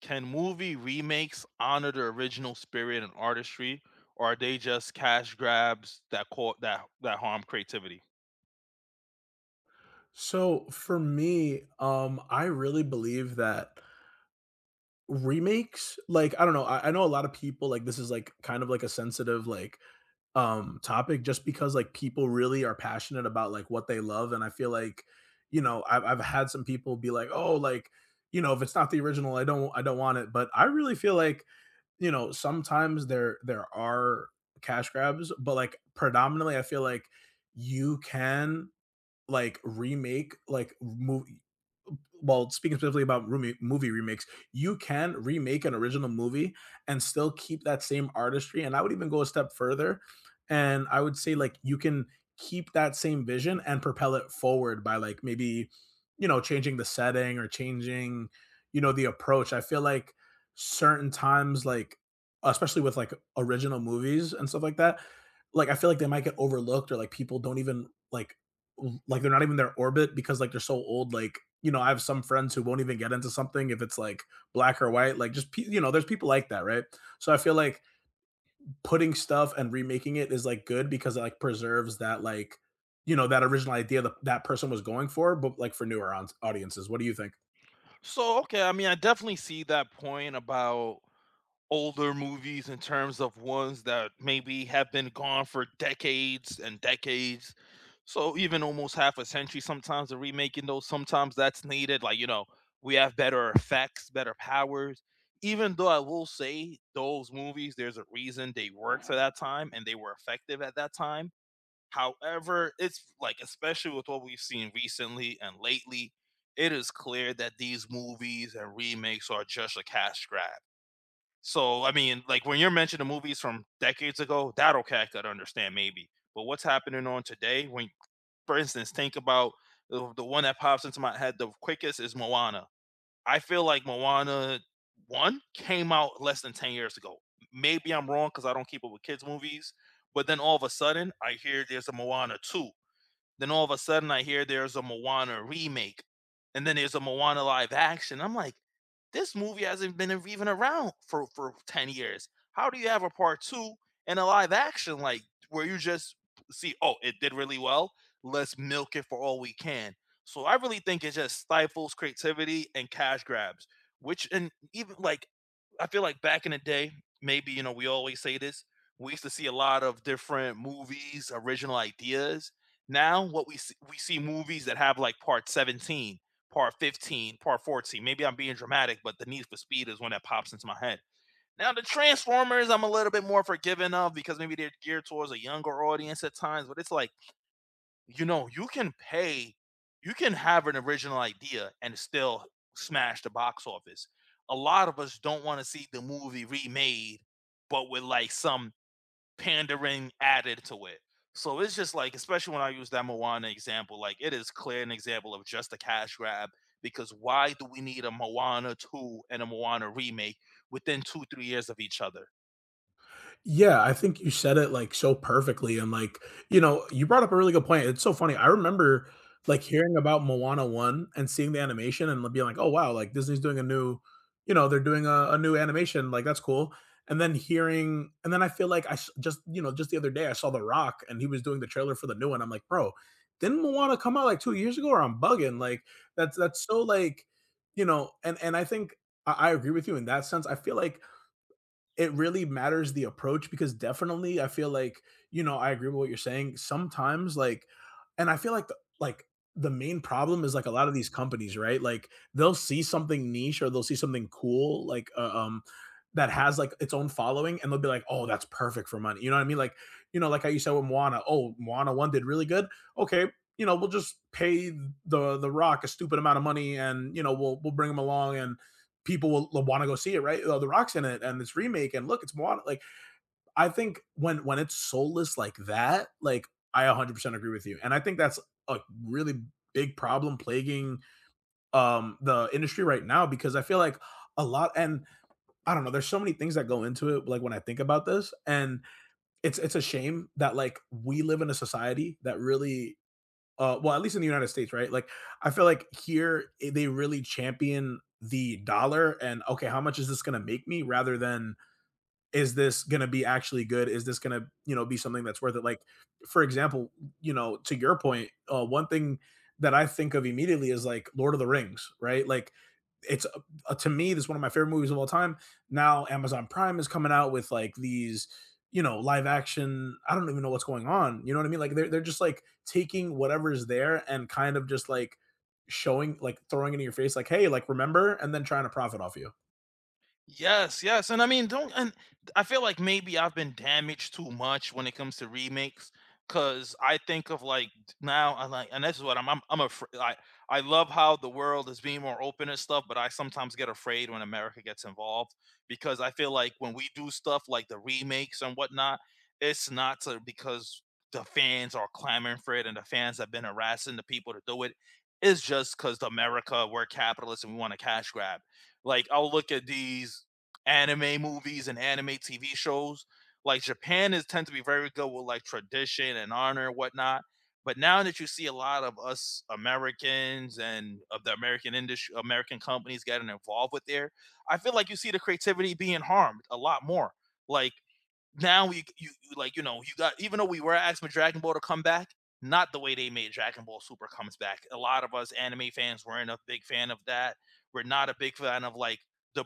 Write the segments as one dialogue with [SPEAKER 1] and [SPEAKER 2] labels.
[SPEAKER 1] Can movie remakes honor the original spirit and artistry, or are they just cash grabs that cau that that harm creativity?
[SPEAKER 2] So for me, I really believe that remakes, like I don't know, I know a lot of people like this is like kind of like a sensitive like topic just because like people really are passionate about like what they love. And I feel like, I've had some people be like, oh, like, you know, if it's not the original, I don't want it. But I really feel like, sometimes there are cash grabs, but like predominantly I feel like you can like remake like move well, speaking specifically about movie remakes, you can remake an original movie and still keep that same artistry. And I would even go a step further, and I would say like you can keep that same vision and propel it forward by like maybe you know changing the setting or changing you know the approach. I feel like certain times like especially with like original movies and stuff like that like I feel like they might get overlooked or like people don't even like they're not even in their orbit because like they're so old like you know I have some friends who won't even get into something if it's like black or white like just you know there's people like that, right? So I feel like putting stuff and remaking it is like good because it like preserves that like you know that original idea that person was going for but like for newer audiences. What do you think?
[SPEAKER 1] So, okay, I mean, I definitely see that point about older movies in terms of ones that maybe have been gone for decades and decades. So even almost half a century, sometimes they're remaking those, sometimes that's needed. Like, you know, we have better effects, better powers. Even though I will say those movies, there's a reason they worked for that time and they were effective at that time. However, it's like, especially with what we've seen recently and lately, it is clear that these movies and remakes are just a cash grab. So, I mean, like when you're mentioning movies from decades ago, that'll catch that, okay, I could understand maybe. But what's happening on today? When, for instance, think about the one that pops into my head the quickest is Moana. I feel like Moana one came out less than 10 years ago. Maybe I'm wrong because I don't keep up with kids' movies. But then all of a sudden, I hear there's a Moana two, then all of a sudden, I hear there's a Moana remake, and then there's a Moana live action. I'm like, this movie hasn't been even around for 10 years. How do you have a part two and a live action, like where you just see, oh, it did really well. Let's milk it for all we can. So I really think it just stifles creativity and cash grabs, which, and even like, I feel like back in the day, maybe, you know, we always say this. We used to see a lot of different movies, original ideas, now what we see movies that have, like, part 17, part 15, part 14. Maybe I'm being dramatic, but the Need for Speed is one that pops into my head. Now the Transformers, I'm a little bit more forgiving of because maybe they're geared towards a younger audience at times, but it's like, you know, you can have an original idea and still smash the box office. A lot of us don't wanna see the movie remade, but with, like, some pandering added to it. So it's just like, especially when I use that Moana example, like it is clear an example of just a cash grab because why do we need a Moana 2 and a Moana remake within two, 3 years of each other?
[SPEAKER 2] Yeah, I think you said it, like, so perfectly, and, like, you know, you brought up a really good point. It's so funny, I remember, like, hearing about Moana 1 and seeing the animation and being like, "Oh, wow," like, Disney's doing a new you know, they're doing a new animation, like, that's cool, and then hearing and then I feel like I s just you know, just the other day, I saw The Rock, and he was doing the trailer for the new one. I'm like, "Bro, didn't Moana come out, like, 2 years ago, or I'm bugging?" Like, that's so, like, you know. And I think I agree with you in that sense. I feel like it really matters the approach because definitely I feel like, you know, I agree with what you're saying. Sometimes like and I feel like the main problem is like a lot of these companies, right? Like they'll see something niche or they'll see something cool like that has like its own following and they'll be like, "Oh, that's perfect for money." You know what I mean? Like, you know, like how you said with Moana, "Oh, Moana 1 did really good." Okay, you know, we'll just pay the Rock a stupid amount of money and, you know, we'll bring him along and people will want to go see it, right? Oh, the Rock's in it and this remake, and look, it's Moana. Like, I think when it's soulless like that, like I 100% agree with you, and I think that's a really big problem plaguing the industry right now because I feel like a lot and I don't know, there's so many things that go into it like when I think about this and it's a shame that like we live in a society that really well, at least in the United States, right? Like, I feel like here they really champion the dollar and okay, how much is this gonna make me rather than is this going to be actually good? Is this going to, you know, be something that's worth it? Like, for example, you know, to your point, one thing that I think of immediately is like Lord of the Rings, right? Like, it's to me, this is one of my favorite movies of all time. Now, Amazon Prime is coming out with like these, you know, live action. I don't even know what's going on. You know what I mean? Like, they're just like taking whatever's there and kind of just like showing, like throwing it in your face, like, hey, like, remember, and then trying to profit off you.
[SPEAKER 1] Yes, yes, and I mean, don't, and I feel like maybe I've been damaged too much when it comes to remakes, because I think of like now I like, and this is what I'm afraid. I love how the world is being more open and stuff, but I sometimes get afraid when America gets involved because I feel like when we do stuff like the remakes and whatnot, it's not to, because the fans are clamoring for it and the fans have been harassing the people to do it. It's just because America, we're capitalists and we want to cash grab. Like, I'll look at these anime movies and anime TV shows. Like, Japan is tend to be very good with like tradition and honor and whatnot. But now that you see a lot of us Americans and of the American industry, American companies getting involved with there, I feel like you see the creativity being harmed a lot more. Like, now you like, you know, you got, even though we were asking for Dragon Ball to come back, not the way they made Dragon Ball Super comes back. A lot of us anime fans weren't a big fan of that. We're not a big fan of like the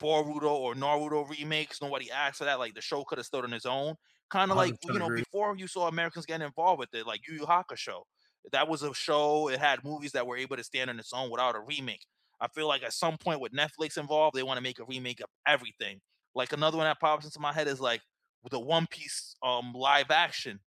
[SPEAKER 1] Boruto or Naruto remakes. Nobody asked for that. Like, the show could have stood on its own. Kind of like, you
[SPEAKER 2] 100%
[SPEAKER 1] know,
[SPEAKER 2] agree.
[SPEAKER 1] before you saw Americans getting involved with it, like Yu Yu Hakusho. That was a show. It had movies that were able to stand on its own without a remake. I feel like at some point with Netflix involved, they want to make a remake of everything. Like another one that pops into my head is like with a One Piece live action,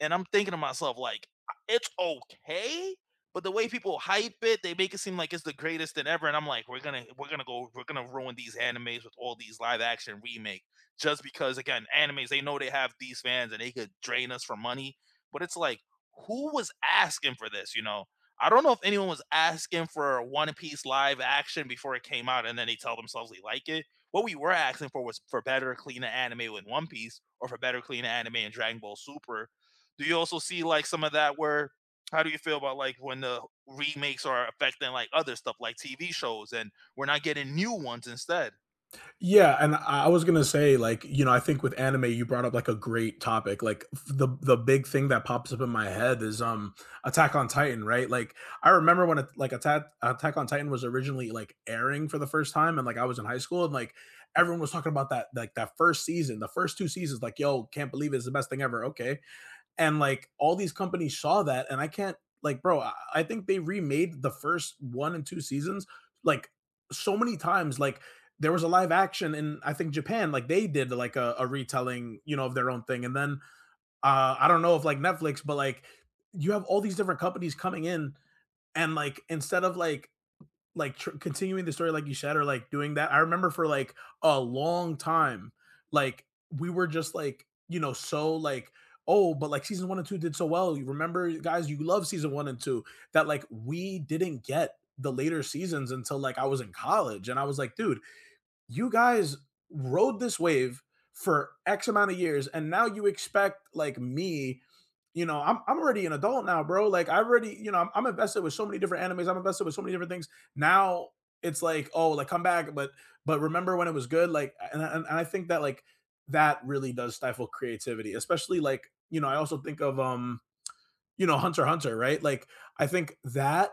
[SPEAKER 1] and I'm thinking to myself, like, it's okay, but the way people hype it, they make it seem like it's the greatest than ever. And I'm like, we're gonna ruin these animes with all these live action remake, just because again, animes, they know they have these fans and they could drain us for money. But it's like, who was asking for this? You know, I don't know if anyone was asking for a One Piece live action before it came out, and then they tell themselves they like it. What we were asking for was for better, cleaner anime with One Piece, or for better, cleaner anime in Dragon Ball Super. Do you also see like some of that where, how do you feel about like when the remakes are affecting like other stuff like TV shows and we're not getting new ones instead?
[SPEAKER 2] Yeah, and I was gonna say, like, you know, I think with anime, you brought up like a great topic. Like the big thing that pops up in my head is Attack on Titan, right? Like I remember when it, like Attack on Titan was originally like airing for the first time, and like I was in high school, and like everyone was talking about that like that first season, the first two seasons, like, yo, can't believe it's the best thing ever. Okay, and like all these companies saw that, and I can't like, bro, I, think they remade the first one and two seasons like so many times. Like there was a live action in I think Japan, like they did like a retelling, you know, of their own thing. And then I don't know if like Netflix, but like you have all these different companies coming in and like instead of like continuing the story like you said or like doing that. I remember for like a long time like we were just like you know so like oh but like season one and two did so well you remember guys you love season one and two that like we didn't get the later seasons until like I was in college and I was like dude you guys rode this wave for X amount of years, and now you expect like me, you know, I'm already an adult now, bro. Like I already, you know, I'm invested with so many different animes. I'm invested with so many different things. Now it's like, oh, like come back, but remember when it was good, like, and I think that like that really does stifle creativity, especially like you know, I also think of you know, Hunter x Hunter, right? Like I think that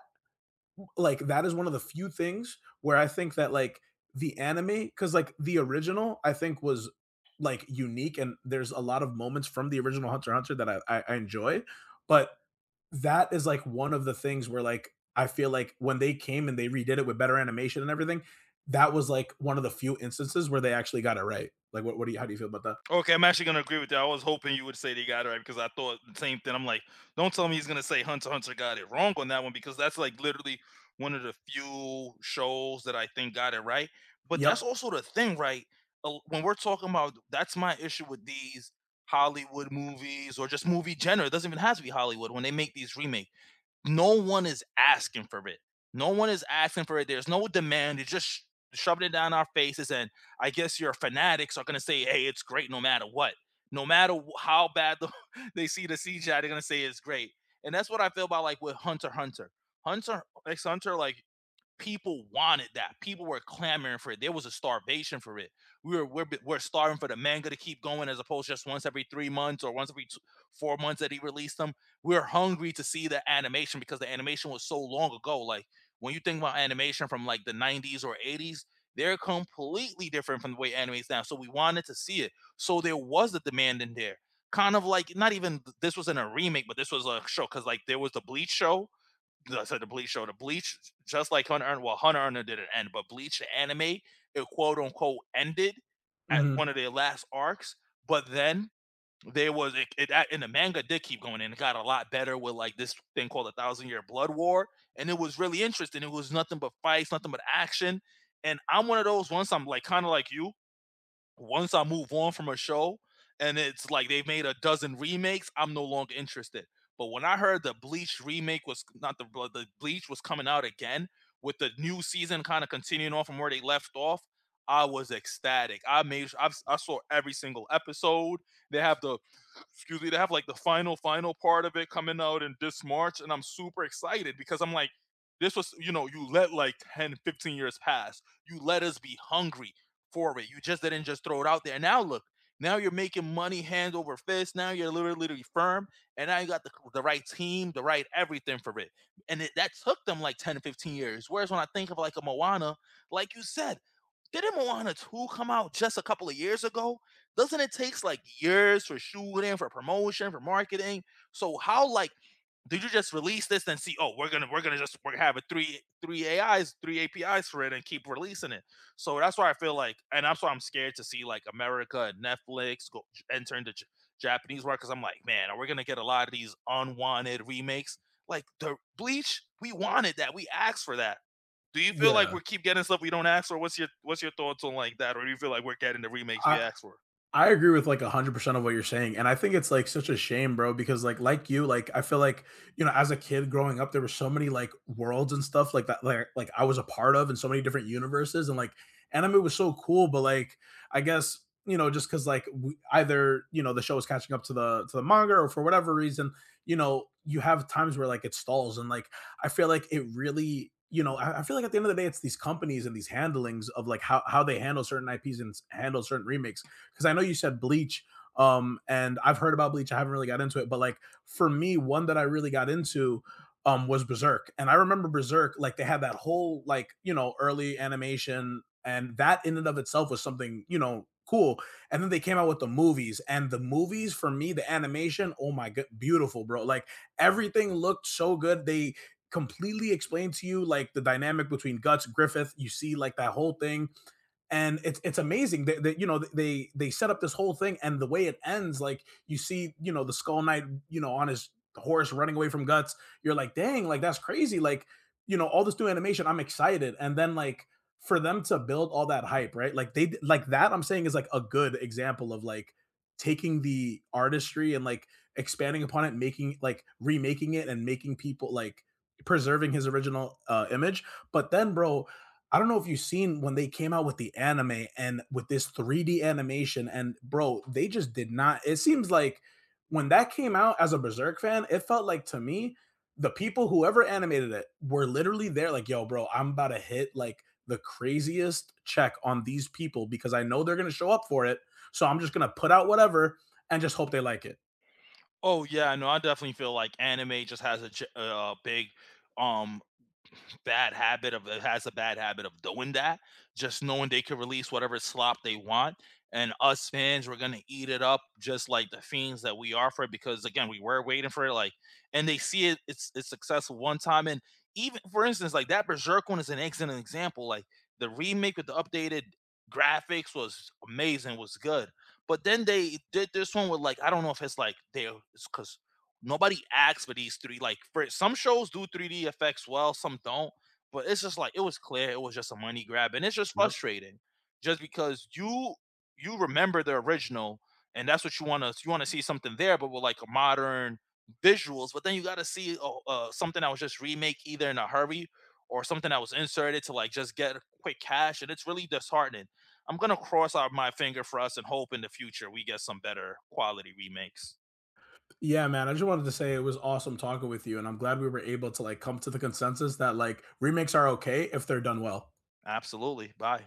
[SPEAKER 2] like that is one of the few things where I think that like the anime, because like the original, I think was like unique, and there's a lot of moments from the original Hunter x Hunter that I enjoy, but that is like one of the things where like I feel like when they came and they redid it with better animation and everything, that was like one of the few instances where they actually got it right. Like, what do you, how do you feel about that?
[SPEAKER 1] Okay, I'm actually gonna agree with you. I was hoping you would say they got it right because I thought the same thing. I'm like, don't tell me he's gonna say Hunter x Hunter got it wrong on that one because that's like literally one of the few shows that I think got it right. But
[SPEAKER 2] Yep.
[SPEAKER 1] that's also the thing, right? When we're talking about, that's my issue with these Hollywood movies or just movie genre. It doesn't even have to be Hollywood. When they make these remakes, no one is asking for it. No one is asking for it. There's no demand. They're just shoving it down our faces. And I guess your fanatics are going to say, hey, it's great no matter what. No matter how bad the, they see the CGI, they're going to say it's great. And that's what I feel about like with Hunter x Hunter. Hunter x Hunter, like people wanted that. People were clamoring for it. There was a starvation for it. We're starving for the manga to keep going as opposed to just once every 3 months or once every two, 4 months that he released them. We were hungry to see the animation because the animation was so long ago. Like, when you think about animation from like the 90s or 80s, they're completely different from the way anime's now. So we wanted to see it. So there was a demand in there. Kind of like, not even this was in a remake, but this was a show, because like there was the Bleach show. I said the Bleach show. The Bleach, just like Hunter, well, Hunter Hunter didn't end, but Bleach the anime, it quote unquote ended at one of
[SPEAKER 2] Mhm.
[SPEAKER 1] their last arcs. But then there was, it and the manga did keep going, and it got a lot better with like this thing called a thousand year blood war, and it was really interesting. It was nothing but fights, nothing but action. And I'm one of those, once I'm like, kind of like you, once I move on from a show and it's like they've made a dozen remakes, I'm no longer interested. But when I heard the Bleach remake was not the Bleach was coming out again with the new season kind of continuing on from where they left off, I was ecstatic. I made I I've, s- I saw every single episode. They have, the excuse me, they have like the final part of it coming out in this March, and I'm super excited because I'm like, this was, you know, you let like 10, 15 years pass. You let us be hungry for it. You just didn't just throw it out there. And now look, now you're making money hand over fist. Now you're literally, literally firm. And now you got the right team, the right everything for it. And that took them like 10 to 15 years. Whereas when I think of like a Moana, like you said, didn't Moana 2 come out just a couple of years ago? Doesn't it takes like years for shooting, for promotion, for marketing? So how, like, did you just release this and see, oh, we're gonna have a three AIs, three APIs for it and keep releasing it. So that's why I feel like, and that's why I'm scared to see like America and Netflix go enter into Japanese market, because I'm like, man, are we gonna get a lot of these unwanted remakes? Like the Bleach, we wanted that, we asked for that. Do you feel like
[SPEAKER 2] Yeah.
[SPEAKER 1] we keep getting stuff we don't ask for? What's your thoughts on like that? Or do you feel like we're getting the remakes
[SPEAKER 2] I,
[SPEAKER 1] we asked for?
[SPEAKER 2] I agree with like 100% of what you're saying. And I think it's like such a shame, bro, because like you, like I feel like, you know, as a kid growing up, there were so many like worlds and stuff like that like I was a part of and so many different universes and like anime was so cool, but like I guess, you know, just cuz like we, either, you know, the show is catching up to the manga or for whatever reason, you know, you have times where like it stalls and like I feel like it really you know, I feel like at the end of the day, it's these companies and these handlings of like how they handle certain IPs and handle certain remakes because I know you said Bleach, and I've heard about Bleach. I haven't really got into it, but like for me, one that I really got into was Berserk, and I remember Berserk like they had that whole like you know early animation, and that in and of itself was something you know cool. And then they came out with the movies, and the movies for me, the animation, oh my god, beautiful, bro! Like everything looked so good. They completely explained to you like the dynamic between Guts Griffith. You see like that whole thing and it's amazing that, that you know they set up this whole thing and the way it ends like you see you know the skull knight you know on his horse running away from Guts. You're like dang like that's crazy like you know all this new animation I'm excited and then like for them to build all that hype right like they like that I'm saying is like a good example of like taking the artistry and like expanding upon it, making like remaking it and making people like preserving his original image. But then bro I don't know if you've seen when they came out with the anime and with this 3D animation, and bro, they just did not. It seems like when that came out as a Berserk fan, it felt like to me, the people whoever animated it were literally there, like, yo, bro, I'm about to hit like the craziest check on these people because I know they're gonna show up for it. So I'm just gonna put out whatever and just hope they like it.
[SPEAKER 1] Oh yeah, no, I definitely feel like anime just a big um bad habit of has a bad habit of doing that. Just knowing they could release whatever slop they want, and us fans, we're gonna eat it up just like the fiends that we are for it. Because again, we were waiting for it. Like, and they see it. It's successful one time, and even, for instance, like that Berserk one is an excellent example. Like the remake with the updated graphics was amazing, was good. But then they did this one with like, I don't know if it's like they it's because nobody acts for these three. Like, for some shows do 3D effects well, some don't. But it's just like, it was clear it was just a money grab, and it's just
[SPEAKER 2] Yep.
[SPEAKER 1] frustrating, just because you remember the original, and that's what you want to see something there, but with like a modern visuals. But then you got to see something that was just remake either in a hurry or something that was inserted to like just get quick cash, and it's really disheartening. I'm gonna cross out my finger for us and hope in the future we get some better quality remakes.
[SPEAKER 2] Yeah, man. I just wanted to say it was awesome talking with you, and I'm glad we were able to like come to the consensus that like remakes are okay if they're done well.
[SPEAKER 1] Absolutely. Bye.